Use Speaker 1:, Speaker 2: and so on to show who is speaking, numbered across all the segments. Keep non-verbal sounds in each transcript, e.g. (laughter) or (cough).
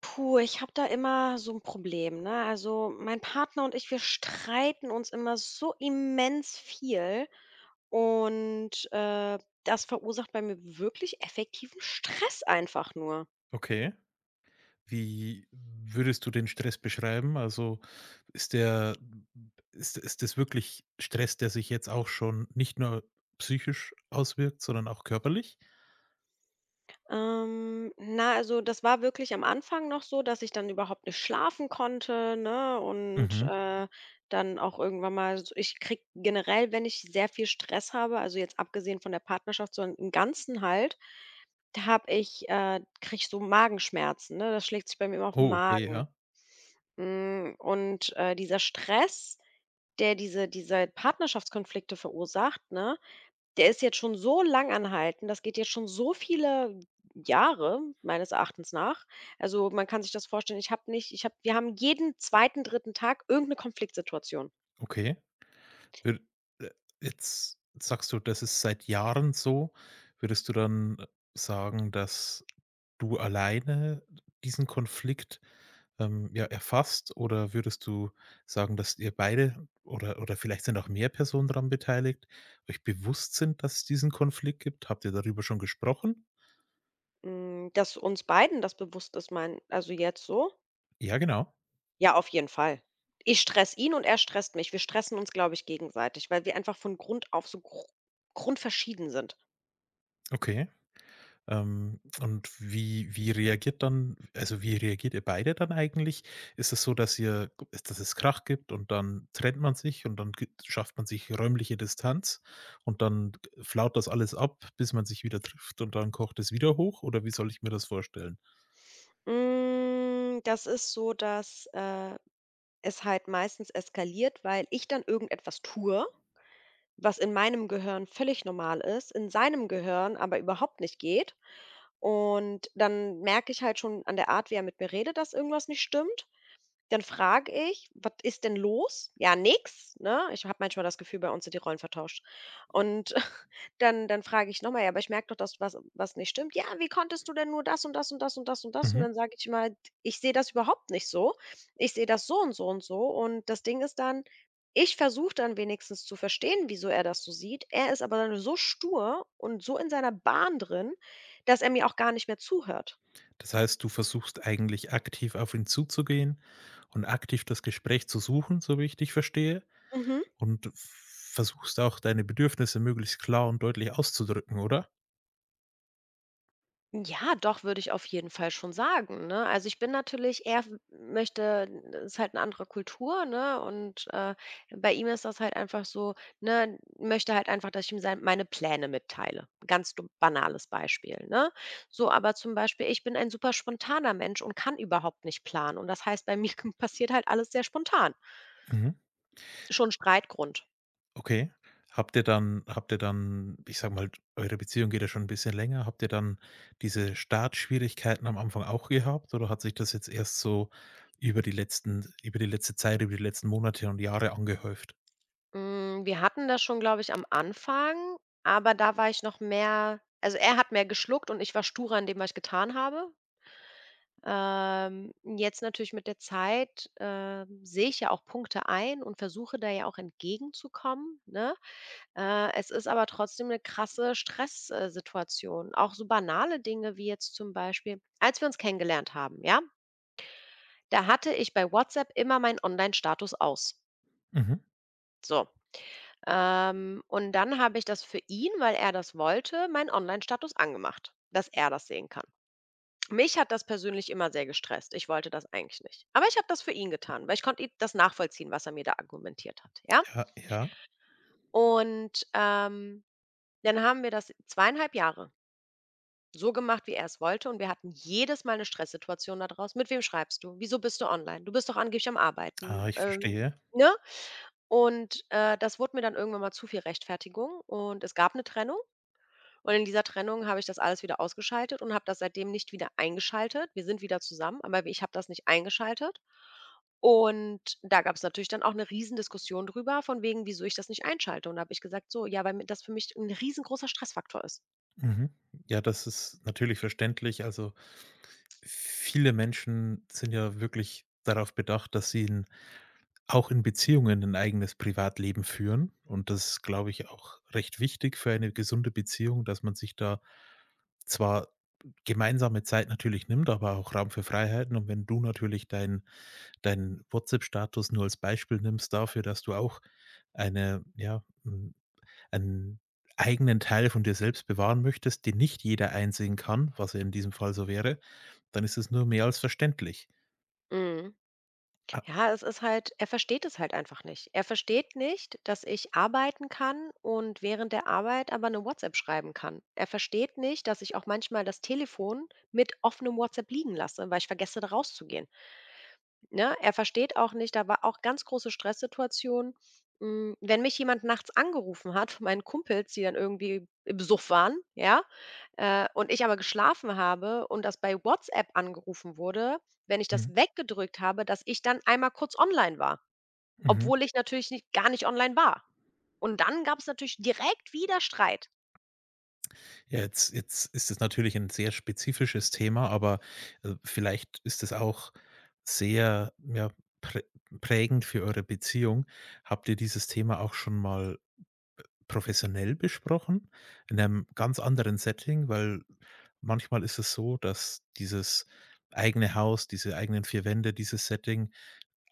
Speaker 1: Puh, ich habe da immer so ein Problem, ne? Also, mein Partner und ich, wir streiten uns immer so immens viel und, das verursacht bei mir wirklich effektiven Stress einfach nur.
Speaker 2: Okay. Wie würdest du den Stress beschreiben? Also, ist der ist das wirklich Stress, der sich jetzt auch schon nicht nur psychisch auswirkt, sondern auch körperlich?
Speaker 1: Na, also, das war wirklich am Anfang noch so, dass ich dann überhaupt nicht schlafen konnte, ne? Und
Speaker 2: Mhm.
Speaker 1: dann auch irgendwann mal, ich krieg generell, wenn ich sehr viel Stress habe, also jetzt abgesehen von der Partnerschaft, sondern im Ganzen halt, krieg ich so Magenschmerzen, ne? Das schlägt sich bei mir immer auf den
Speaker 2: Oh, okay,
Speaker 1: Magen.
Speaker 2: ja.
Speaker 1: Und dieser Stress, der diese Partnerschaftskonflikte verursacht, ne? Der ist jetzt schon so lang anhaltend. Das geht jetzt schon so viele Jahre meines Erachtens nach. Also, man kann sich das vorstellen, ich habe nicht ich habe wir haben jeden zweiten, dritten Tag irgendeine Konfliktsituation.
Speaker 2: Okay. Wür äh, Jetzt sagst du, das ist seit Jahren so. Würdest du dann sagen, dass du alleine diesen Konflikt, ja, erfasst, oder würdest du sagen, dass ihr beide oder vielleicht sind auch mehr Personen daran beteiligt, euch bewusst sind, dass es diesen Konflikt gibt? Habt ihr darüber schon gesprochen?
Speaker 1: Dass uns beiden das bewusst ist, mein also, jetzt so?
Speaker 2: Ja, genau.
Speaker 1: Ja, auf jeden Fall. Ich stress ihn und er stresst mich. Wir stressen uns, glaube ich, gegenseitig, weil wir einfach von Grund auf so grundverschieden sind.
Speaker 2: Okay. Und wie reagiert dann, also, wie reagiert ihr beide dann eigentlich? Ist es so, dass ihr dass es Krach gibt und dann trennt man sich und dann gibt schafft man sich räumliche Distanz und dann flaut das alles ab, bis man sich wieder trifft und dann kocht es wieder hoch, oder wie soll ich mir das vorstellen?
Speaker 1: Das ist so, dass, es halt meistens eskaliert, weil ich dann irgendetwas tue, was in meinem Gehirn völlig normal ist, in seinem Gehirn aber überhaupt nicht geht. Und dann merke ich halt schon an der Art, wie er mit mir redet, dass irgendwas nicht stimmt. Dann frage ich: „Was ist denn los?" „Ja, nix", ne? Ich habe manchmal das Gefühl, bei uns sind die Rollen vertauscht. Und (laughs) dann frage ich noch mal: „Ja, aber ich merke doch, dass was nicht stimmt." „Ja, wie konntest du denn nur das und das und das und das und das?" Und
Speaker 2: Mhm.
Speaker 1: dann sage ich mal: „Ich sehe das überhaupt nicht so. Ich sehe das so und so und so." Und das Ding ist dann, ich versuche dann wenigstens zu verstehen, wieso er das so sieht. Er ist aber dann so stur und so in seiner Bahn drin, dass er mir auch gar nicht mehr zuhört.
Speaker 2: Das heißt, du versuchst eigentlich aktiv auf ihn zuzugehen und aktiv das Gespräch zu suchen, so wie ich dich verstehe,
Speaker 1: Mhm.
Speaker 2: und versuchst auch deine Bedürfnisse möglichst klar und deutlich auszudrücken, oder?
Speaker 1: Ja, doch, würde ich auf jeden Fall schon sagen, ne? Also, ich bin natürlich, er w möchte, das ist halt eine andere Kultur, ne, und, bei ihm ist das halt einfach so, ne, möchte halt einfach, dass ich ihm sein meine Pläne mitteile. Ganz du banales Beispiel, ne? So, aber zum Beispiel, ich bin ein super spontaner Mensch und kann überhaupt nicht planen und das heißt, bei mir (laughs) passiert halt alles sehr spontan.
Speaker 2: Mhm.
Speaker 1: Schon Streitgrund.
Speaker 2: Okay. Habt ihr dann, ich sage mal, eure Beziehung geht ja schon ein bisschen länger. Habt ihr dann diese Startschwierigkeiten am Anfang auch gehabt, oder hat sich das jetzt erst so über die letzte Zeit, über die letzten Monate und Jahre angehäuft?
Speaker 1: Wir hatten das schon, glaube ich, am Anfang, aber da war ich noch mehr also, er hat mehr geschluckt und ich war sturer in dem, was ich getan habe. Ähm, Jetzt natürlich mit der Zeit, sehe ich ja auch Punkte ein und versuche da ja auch entgegenzukommen, ne? Es ist aber trotzdem eine krasse Stresssituation. Auch so banale Dinge wie jetzt zum Beispiel, als wir uns kennengelernt haben, ja, da hatte ich bei WhatsApp immer meinen Online-Status aus.
Speaker 2: Mhm.
Speaker 1: So. Und dann habe ich das für ihn, weil er das wollte, meinen Online-Status angemacht, dass er das sehen kann. Mich hat das persönlich immer sehr gestresst. Ich wollte das eigentlich nicht. Aber ich habe das für ihn getan, weil ich konnte ihm das nachvollziehen, was er mir da argumentiert hat, ja?
Speaker 2: Ja, ja.
Speaker 1: Und, dann haben wir das 2,5 Jahre so gemacht, wie er es wollte, und wir hatten jedes Mal eine Stresssituation daraus. „Mit wem schreibst du? Wieso bist du online? Du bist doch angeblich am Arbeiten",
Speaker 2: Ah, ich verstehe.
Speaker 1: ne? Und, das wurde mir dann irgendwann mal zu viel Rechtfertigung und es gab eine Trennung. Und in dieser Trennung habe ich das alles wieder ausgeschaltet und habe das seitdem nicht wieder eingeschaltet. Wir sind wieder zusammen, aber ich habe das nicht eingeschaltet. Und da gab es natürlich dann auch 'ne Riesendiskussion drüber, von wegen, wieso ich das nicht einschalte. Und da habe ich gesagt: „So, ja, weil mir das für mich ein riesengroßer Stressfaktor ist."
Speaker 2: Mhm. Ja, das ist natürlich verständlich. Also, viele Menschen sind ja wirklich darauf bedacht, dass sie ein auch in Beziehungen ein eigenes Privatleben führen, und das ist, glaube ich, auch recht wichtig für eine gesunde Beziehung, dass man sich da zwar gemeinsame Zeit natürlich nimmt, aber auch Raum für Freiheiten, und wenn du natürlich dein WhatsApp-Status nur als Beispiel nimmst dafür, dass du auch eine ja, hm, einen eigenen Teil von dir selbst bewahren möchtest, den nicht jeder einsehen kann, was ja in diesem Fall so wäre, dann ist es nur mehr als verständlich.
Speaker 1: Mhm.
Speaker 2: Ah,
Speaker 1: Ja, es ist halt er versteht es halt einfach nicht. Er versteht nicht, dass ich arbeiten kann und während der Arbeit aber eine WhatsApp schreiben kann. Er versteht nicht, dass ich auch manchmal das Telefon mit offenem WhatsApp liegen lasse, weil ich vergesse, da rauszugehen. Ne? Er versteht auch nicht. Da war auch ganz große Stresssituation, wenn mich jemand nachts angerufen hat (laughs) von meinen Kumpels, die dann irgendwie im Suff waren, ja, und ich aber geschlafen habe und das bei WhatsApp angerufen wurde, wenn ich das
Speaker 2: mhm,
Speaker 1: weggedrückt habe, dass ich dann einmal kurz online war,
Speaker 2: mhm.
Speaker 1: obwohl ich natürlich nicht gar nicht online war. Und dann gab es natürlich direkt wieder Streit.
Speaker 2: Ja, jetzt ist es natürlich ein sehr spezifisches Thema, aber, vielleicht ist es auch sehr, ja, prä prägend für eure Beziehung. Habt ihr dieses Thema auch schon mal professionell besprochen, in einem ganz anderen Setting? Weil manchmal ist es so, dass dieses eigene Haus, diese eigenen 4 Wände, dieses Setting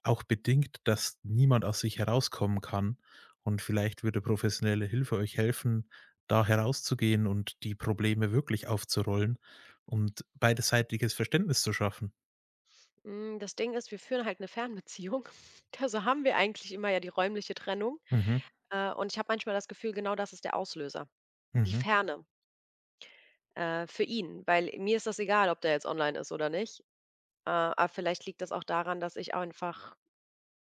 Speaker 2: auch bedingt, dass niemand aus sich herauskommen kann, und vielleicht würde professionelle Hilfe euch helfen, da herauszugehen und die Probleme wirklich aufzurollen und beidseitiges Verständnis zu schaffen.
Speaker 1: Das Ding ist, wir führen halt eine Fernbeziehung. (laughs) Also haben wir eigentlich immer ja die räumliche Trennung,
Speaker 2: Mhm,
Speaker 1: und ich habe manchmal das Gefühl, genau das ist der Auslöser. Die
Speaker 2: mhm,
Speaker 1: Ferne, für ihn, weil mir ist das egal, ob der jetzt online ist oder nicht. Aber vielleicht liegt das auch daran, dass ich einfach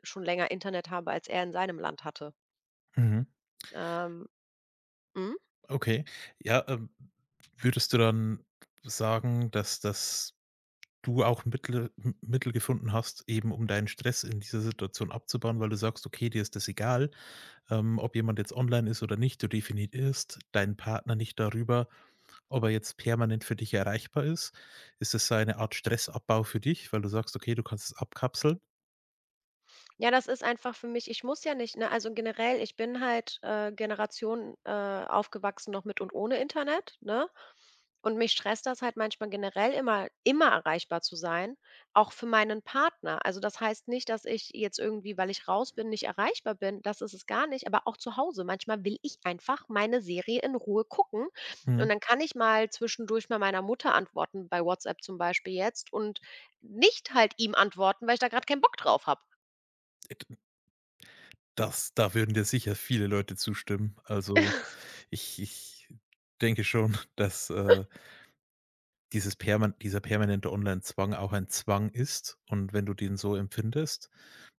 Speaker 1: schon länger Internet habe, als er in seinem Land hatte.
Speaker 2: mhm.
Speaker 1: Ähm mhm.
Speaker 2: Okay. Ja, würdest du dann sagen, dass du auch Mittel gefunden hast, eben um deinen Stress in dieser Situation abzubauen, weil du sagst: „Okay, dir ist das egal, ob jemand jetzt online ist oder nicht. Du definierst deinen Partner nicht darüber, ob er jetzt permanent für dich erreichbar ist? Ist es eine Art Stressabbau für dich, weil du sagst: „Okay, du kannst es abkapseln?“
Speaker 1: Ja, das ist einfach für mich. Ich muss ja nicht, ne? Also, generell, ich bin halt, Generation, aufgewachsen noch mit und ohne Internet, ne? Und mich stresst das halt manchmal generell immer erreichbar zu sein, auch für meinen Partner. Also, das heißt nicht, dass ich jetzt irgendwie, weil ich raus bin, nicht erreichbar bin. Das ist es gar nicht, aber auch zu Hause. Manchmal will ich einfach meine Serie in Ruhe gucken
Speaker 2: Mhm.
Speaker 1: und dann kann ich mal zwischendurch mal meiner Mutter antworten, bei WhatsApp zum Beispiel jetzt, und nicht halt ihm antworten, weil ich da gerade keinen Bock drauf habe.
Speaker 2: D Das da würden dir sicher viele Leute zustimmen. Also, ich denke schon, (laughs) dass, dieses perman dieser permanente Online-Zwang auch ein Zwang ist, und wenn du den so empfindest,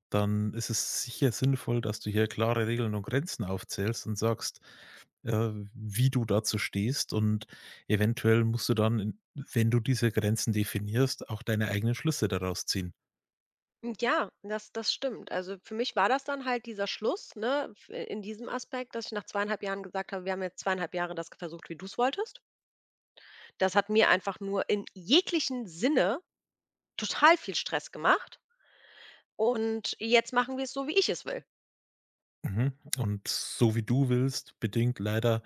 Speaker 2: dann ist es sicher sinnvoll, dass du hier klare Regeln und Grenzen aufzählst und sagst, wie du dazu stehst, und eventuell musst du dann, in wenn du diese Grenzen definierst, auch deine eigenen Schlüsse daraus ziehen.
Speaker 1: Ja, das stimmt. Also, für mich war das dann halt dieser Schluss, ne, f in diesem Aspekt, dass ich nach 2,5 Jahren gesagt habe: „Wir haben jetzt 2,5 Jahre das versucht, wie du es wolltest." Das hat mir einfach nur in jeglichen Sinne total viel Stress gemacht und jetzt machen wir es so, wie ich es will.
Speaker 2: Mhm. Und so, wie du willst, bedingt leider,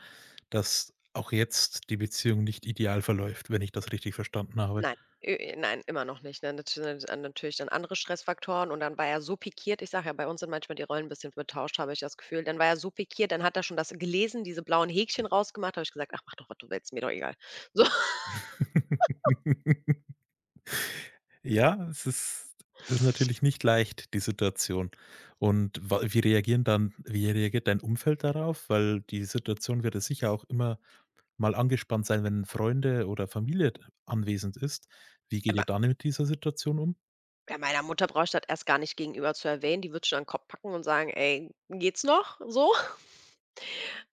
Speaker 2: dass auch jetzt die Beziehung nicht ideal verläuft, wenn ich das richtig verstanden habe.
Speaker 1: Nein, nein, immer noch nicht, ne? Natürlich dann andere Stressfaktoren und dann war er so pikiert. Ich sage ja, bei uns sind manchmal die Rollen ein bisschen vertauscht, habe ich das Gefühl. Dann war er so pikiert, dann hat er schon das gelesen, diese blauen Häkchen rausgemacht, habe ich gesagt: „Ach, mach doch, was du willst, mir doch egal." So.
Speaker 2: (laughs) Ja, es ist das ist natürlich nicht leicht, die Situation. Und wa wie reagieren dann wie reagiert dein Umfeld darauf? Weil die Situation wird ja sicher auch immer mal angespannt sein, wenn Freunde oder Familie anwesend ist. Wie geht
Speaker 1: Aber
Speaker 2: ihr dann mit dieser Situation um?
Speaker 1: ja, meiner Mutter brauche ich das erst gar nicht gegenüber zu erwähnen. Die wird schon an den Kopf packen und sagen: „Ey, geht's noch?" So. (laughs)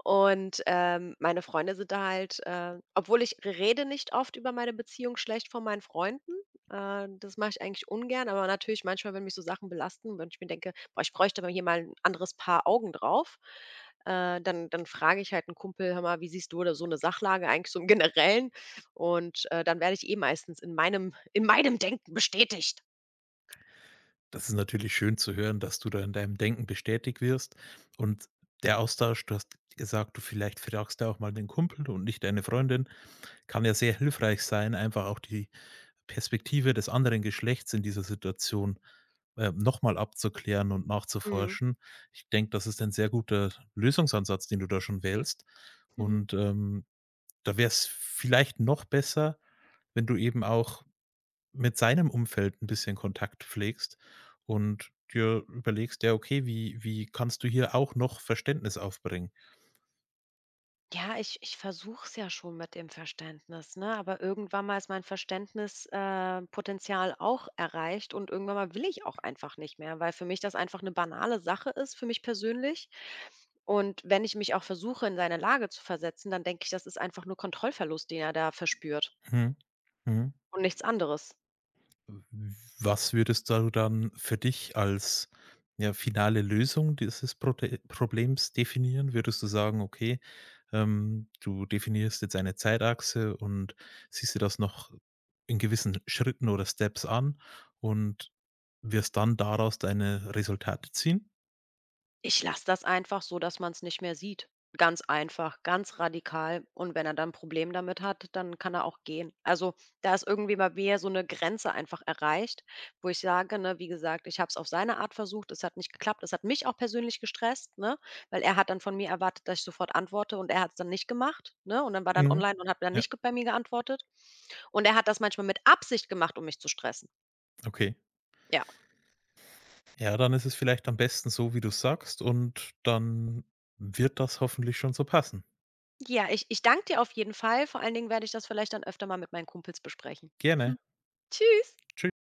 Speaker 1: Und, meine Freunde sind da halt, obwohl, ich rede nicht oft über meine Beziehung schlecht von meinen Freunden. Das mache ich eigentlich ungern, aber natürlich manchmal, wenn mich so Sachen belasten, wenn ich mir denke: „Boah, ich bräuchte aber hier mal ein anderes Paar Augen drauf", dann frage ich halt einen Kumpel: „Hör mal, wie siehst du da so eine Sachlage eigentlich so im Generellen?" Und, dann werde ich eh meistens in meinem Denken bestätigt.
Speaker 2: Das ist natürlich schön zu hören, dass du da in deinem Denken bestätigt wirst, und der Austausch, du hast gesagt, du vielleicht fragst ja auch mal den Kumpel und nicht deine Freundin, kann ja sehr hilfreich sein, einfach auch die Perspektive des anderen Geschlechts in dieser Situation, noch abzuklären und
Speaker 1: Mhm.
Speaker 2: nachzuforschen. Ich denke, das ist ein sehr guter Lösungsansatz, den du da schon wählst.
Speaker 1: Mhm.
Speaker 2: Und, da wäre es vielleicht noch besser, wenn du eben auch mit seinem Umfeld ein bisschen Kontakt pflegst und dir überlegst: „Ja, okay, wie kannst du hier auch noch Verständnis aufbringen?“
Speaker 1: Ja, ich versuche es ja schon mit dem Verständnis, ne? Aber irgendwann mal ist mein Verständnispotenzial, Potenzial auch erreicht und irgendwann mal will ich auch einfach nicht mehr, weil für mich das einfach eine banale Sache ist, für mich persönlich. Und wenn ich mich auch versuche, in seine Lage zu versetzen, dann denke ich, das ist einfach nur Kontrollverlust, den er da verspürt
Speaker 2: Mhm. Mhm.
Speaker 1: und nichts anderes.
Speaker 2: Was würdest du dann für dich als, ja, finale Lösung dieses Prote Problems definieren? Würdest du sagen: „Okay, du definierst jetzt eine Zeitachse und siehst dir das noch in gewissen Schritten oder Steps an und wirst dann daraus deine Resultate ziehen?“
Speaker 1: Ich lasse das einfach so, dass man es nicht mehr sieht. Ganz einfach, ganz radikal. Und wenn er dann 'n Problem damit hat, dann kann er auch gehen. Also, da ist irgendwie bei mir so eine Grenze einfach erreicht, wo ich sage, ne, wie gesagt, ich habe es auf seine Art versucht, es hat nicht geklappt. Es hat mich auch persönlich gestresst, ne, weil er hat dann von mir erwartet, dass ich sofort antworte, und er hat es dann nicht gemacht, ne? Und dann war dann
Speaker 2: Mhm.
Speaker 1: online und hat dann
Speaker 2: Ja,
Speaker 1: nicht bei mir geantwortet. Und er hat das manchmal mit Absicht gemacht, um mich zu stressen.
Speaker 2: okay.
Speaker 1: Ja.
Speaker 2: Ja, dann ist es vielleicht am besten so, wie du sagst, und dann wird das hoffentlich schon so passen.
Speaker 1: Ja, ich danke dir auf jeden Fall. Vor allen Dingen werde ich das vielleicht dann öfter mal mit meinen Kumpels besprechen.
Speaker 2: Gerne.
Speaker 1: Tschüss.
Speaker 2: Tschüss.